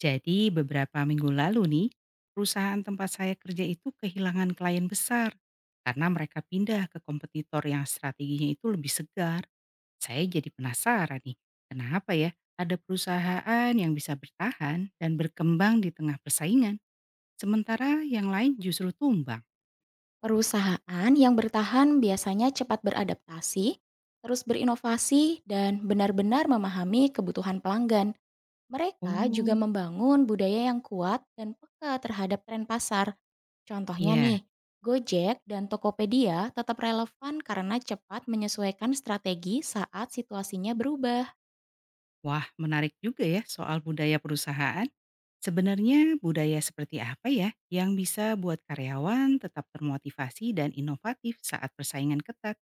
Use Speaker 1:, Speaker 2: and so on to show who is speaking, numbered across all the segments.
Speaker 1: Jadi beberapa minggu lalu nih, perusahaan tempat saya kerja itu kehilangan klien besar karena mereka pindah ke kompetitor yang strateginya itu lebih segar. Saya jadi penasaran nih, kenapa ya ada perusahaan yang bisa bertahan dan berkembang di tengah persaingan, sementara yang lain justru tumbang.
Speaker 2: Perusahaan yang bertahan biasanya cepat beradaptasi, terus berinovasi, dan benar-benar memahami kebutuhan pelanggan. Mereka juga
Speaker 1: Oh,
Speaker 2: membangun budaya yang kuat dan peka terhadap tren pasar. Contohnya
Speaker 1: ya.
Speaker 2: nih, Gojek dan Tokopedia tetap relevan karena cepat menyesuaikan strategi saat situasinya berubah.
Speaker 1: Wah, menarik juga ya soal budaya perusahaan. Sebenarnya budaya seperti apa ya yang bisa buat karyawan tetap termotivasi dan inovatif saat persaingan ketat?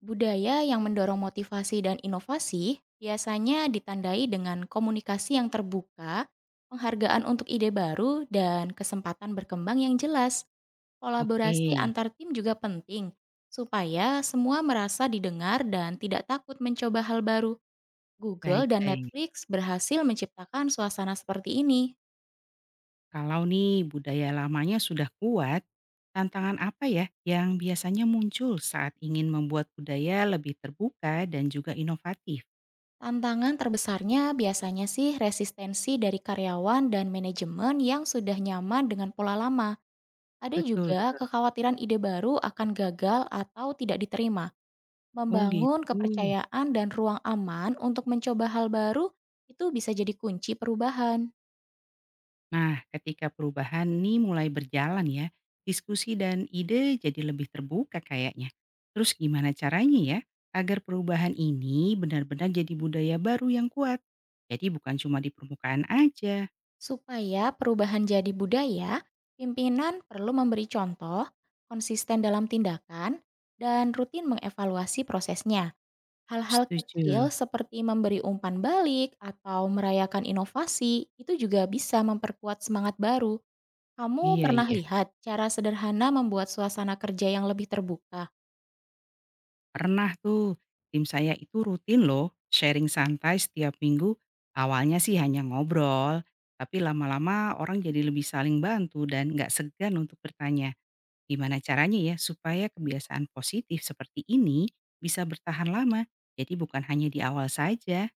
Speaker 2: Budaya yang mendorong motivasi dan inovasi biasanya ditandai dengan komunikasi yang terbuka, penghargaan untuk ide baru, dan kesempatan berkembang yang jelas.
Speaker 1: Oke,
Speaker 2: Kolaborasi antar tim juga penting, supaya semua merasa didengar dan tidak takut mencoba hal baru. Google dan
Speaker 1: baik-baik.
Speaker 2: Netflix berhasil menciptakan suasana seperti ini.
Speaker 1: Kalau nih budaya lamanya sudah kuat, tantangan apa ya yang biasanya muncul saat ingin membuat budaya lebih terbuka dan juga inovatif?
Speaker 2: Tantangan terbesarnya biasanya sih resistensi dari karyawan dan manajemen yang sudah nyaman dengan pola lama. Ada
Speaker 1: Betul,
Speaker 2: juga
Speaker 1: betul.
Speaker 2: kekhawatiran ide baru akan gagal atau tidak diterima.
Speaker 1: Oh
Speaker 2: Membangun
Speaker 1: gitu.
Speaker 2: kepercayaan dan ruang aman untuk mencoba hal baru itu bisa jadi kunci perubahan.
Speaker 1: Nah, ketika perubahan nih mulai berjalan ya, diskusi dan ide jadi lebih terbuka kayaknya. Terus gimana caranya ya agar perubahan ini benar-benar jadi budaya baru yang kuat? Jadi bukan cuma di permukaan aja.
Speaker 2: Supaya perubahan jadi budaya, pimpinan perlu memberi contoh, konsisten dalam tindakan, dan rutin mengevaluasi prosesnya. Hal-hal kecil
Speaker 1: Setuju.
Speaker 2: seperti memberi umpan balik atau merayakan inovasi itu juga bisa memperkuat semangat baru. Kamu
Speaker 1: Iya,
Speaker 2: pernah
Speaker 1: iya.
Speaker 2: lihat cara sederhana membuat suasana kerja yang lebih terbuka?
Speaker 1: Pernah tuh tim saya itu rutin loh sharing santai setiap minggu. Awalnya sih hanya ngobrol, tapi lama-lama orang jadi lebih saling bantu dan nggak segan untuk bertanya. Gimana caranya ya supaya kebiasaan positif seperti ini bisa bertahan lama? Jadi bukan hanya di awal saja.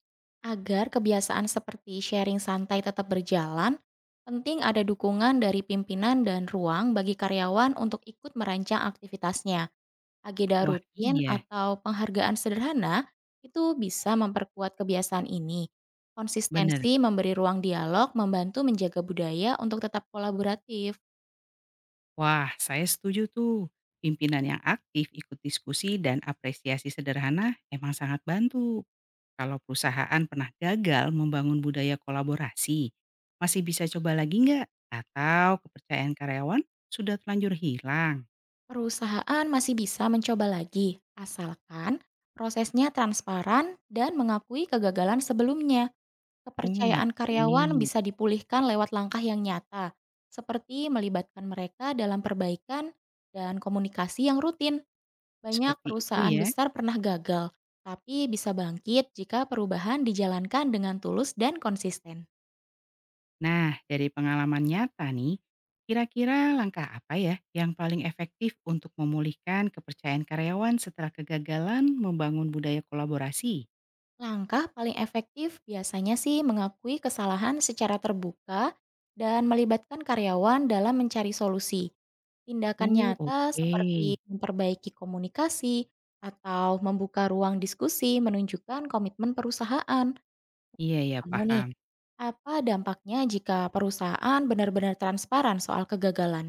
Speaker 2: Agar kebiasaan seperti sharing santai tetap berjalan, penting ada dukungan dari pimpinan dan ruang bagi karyawan untuk ikut merancang aktivitasnya. Agenda
Speaker 1: Wah
Speaker 2: rutin
Speaker 1: iya,
Speaker 2: atau penghargaan sederhana itu bisa memperkuat kebiasaan ini.
Speaker 1: bener.
Speaker 2: Konsistensi memberi ruang dialog membantu menjaga budaya untuk tetap kolaboratif.
Speaker 1: Wah saya setuju tuh. Pimpinan yang aktif ikut diskusi dan apresiasi sederhana emang sangat bantu. Kalau perusahaan pernah gagal membangun budaya kolaborasi, masih bisa coba lagi nggak? Atau kepercayaan karyawan sudah terlanjur hilang?
Speaker 2: Perusahaan masih bisa mencoba lagi, asalkan prosesnya transparan dan mengakui kegagalan sebelumnya.
Speaker 1: Oh
Speaker 2: Kepercayaan
Speaker 1: ngerti,
Speaker 2: karyawan bisa dipulihkan lewat langkah yang nyata, seperti melibatkan mereka dalam perbaikan dan komunikasi yang rutin. Banyak
Speaker 1: seperti itu
Speaker 2: perusahaan
Speaker 1: ya.
Speaker 2: besar pernah gagal, tapi bisa bangkit jika perubahan dijalankan dengan tulus dan konsisten.
Speaker 1: Nah, dari pengalaman nyata nih, kira-kira langkah apa ya yang paling efektif untuk memulihkan kepercayaan karyawan setelah kegagalan membangun budaya kolaborasi?
Speaker 2: Langkah paling efektif biasanya sih mengakui kesalahan secara terbuka dan melibatkan karyawan dalam mencari solusi. Tindakan
Speaker 1: Oh,
Speaker 2: nyata
Speaker 1: oke.
Speaker 2: seperti memperbaiki komunikasi atau membuka ruang diskusi menunjukkan komitmen perusahaan.
Speaker 1: Iya ya,
Speaker 2: Kamu nih,
Speaker 1: paham.
Speaker 2: apa dampaknya jika perusahaan benar-benar transparan soal kegagalan?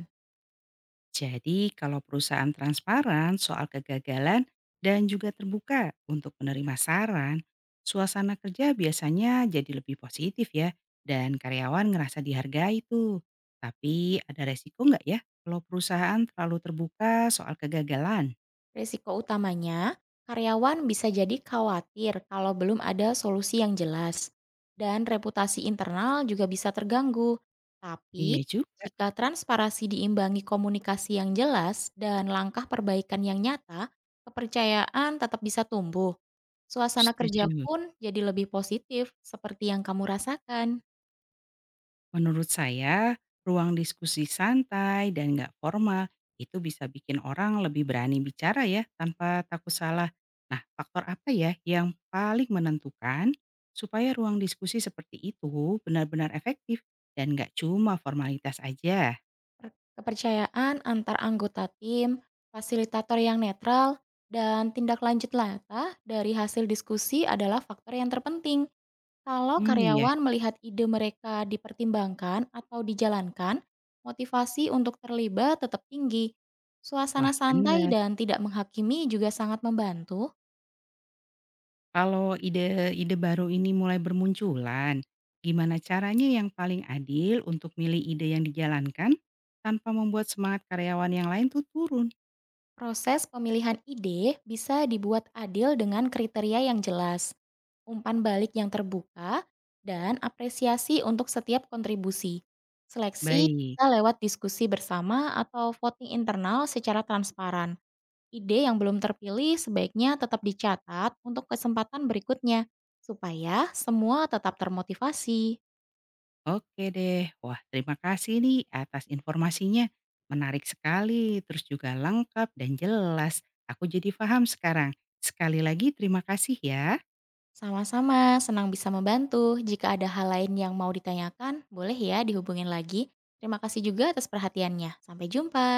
Speaker 1: Jadi, kalau perusahaan transparan soal kegagalan dan juga terbuka untuk menerima saran, suasana kerja biasanya jadi lebih positif ya, dan karyawan ngerasa dihargai tuh. Tapi ada resiko nggak ya kalau perusahaan terlalu terbuka soal kegagalan?
Speaker 2: Risiko utamanya, karyawan bisa jadi khawatir kalau belum ada solusi yang jelas, dan reputasi internal juga bisa terganggu. Tapi,
Speaker 1: Iya juga,
Speaker 2: jika transparansi diimbangi komunikasi yang jelas dan langkah perbaikan yang nyata, kepercayaan tetap bisa tumbuh. Suasana kerja
Speaker 1: setuju.
Speaker 2: pun jadi lebih positif, seperti yang kamu rasakan.
Speaker 1: Menurut saya, ruang diskusi santai dan nggak formal itu bisa bikin orang lebih berani bicara ya tanpa takut salah. Nah, faktor apa ya yang paling menentukan supaya ruang diskusi seperti itu benar-benar efektif dan nggak cuma formalitas aja?
Speaker 2: Per kepercayaan antar anggota tim, fasilitator yang netral, dan tindak lanjut nyata dari hasil diskusi adalah faktor yang terpenting. Kalau
Speaker 1: Hmm, iya.
Speaker 2: karyawan melihat ide mereka dipertimbangkan atau dijalankan, motivasi untuk terlibat tetap tinggi. Suasana
Speaker 1: Wah,
Speaker 2: santai
Speaker 1: benar.
Speaker 2: dan tidak menghakimi juga sangat membantu.
Speaker 1: Kalau ide-ide baru ini mulai bermunculan, gimana caranya yang paling adil untuk milih ide yang dijalankan tanpa membuat semangat karyawan yang lain tuh turun?
Speaker 2: Proses pemilihan ide bisa dibuat adil dengan kriteria yang jelas, umpan balik yang terbuka, dan apresiasi untuk setiap kontribusi. Seleksi
Speaker 1: Baik,
Speaker 2: bisa lewat diskusi bersama atau voting internal secara transparan. Ide yang belum terpilih sebaiknya tetap dicatat untuk kesempatan berikutnya, supaya semua tetap termotivasi.
Speaker 1: oke deh. Wah, terima kasih nih atas informasinya. Menarik sekali, terus juga lengkap dan jelas. Aku jadi paham sekarang. Sekali lagi terima kasih ya.
Speaker 2: Sama-sama, senang bisa membantu. Jika ada hal lain yang mau ditanyakan, boleh ya dihubungin lagi. Terima kasih juga atas perhatiannya. Sampai jumpa.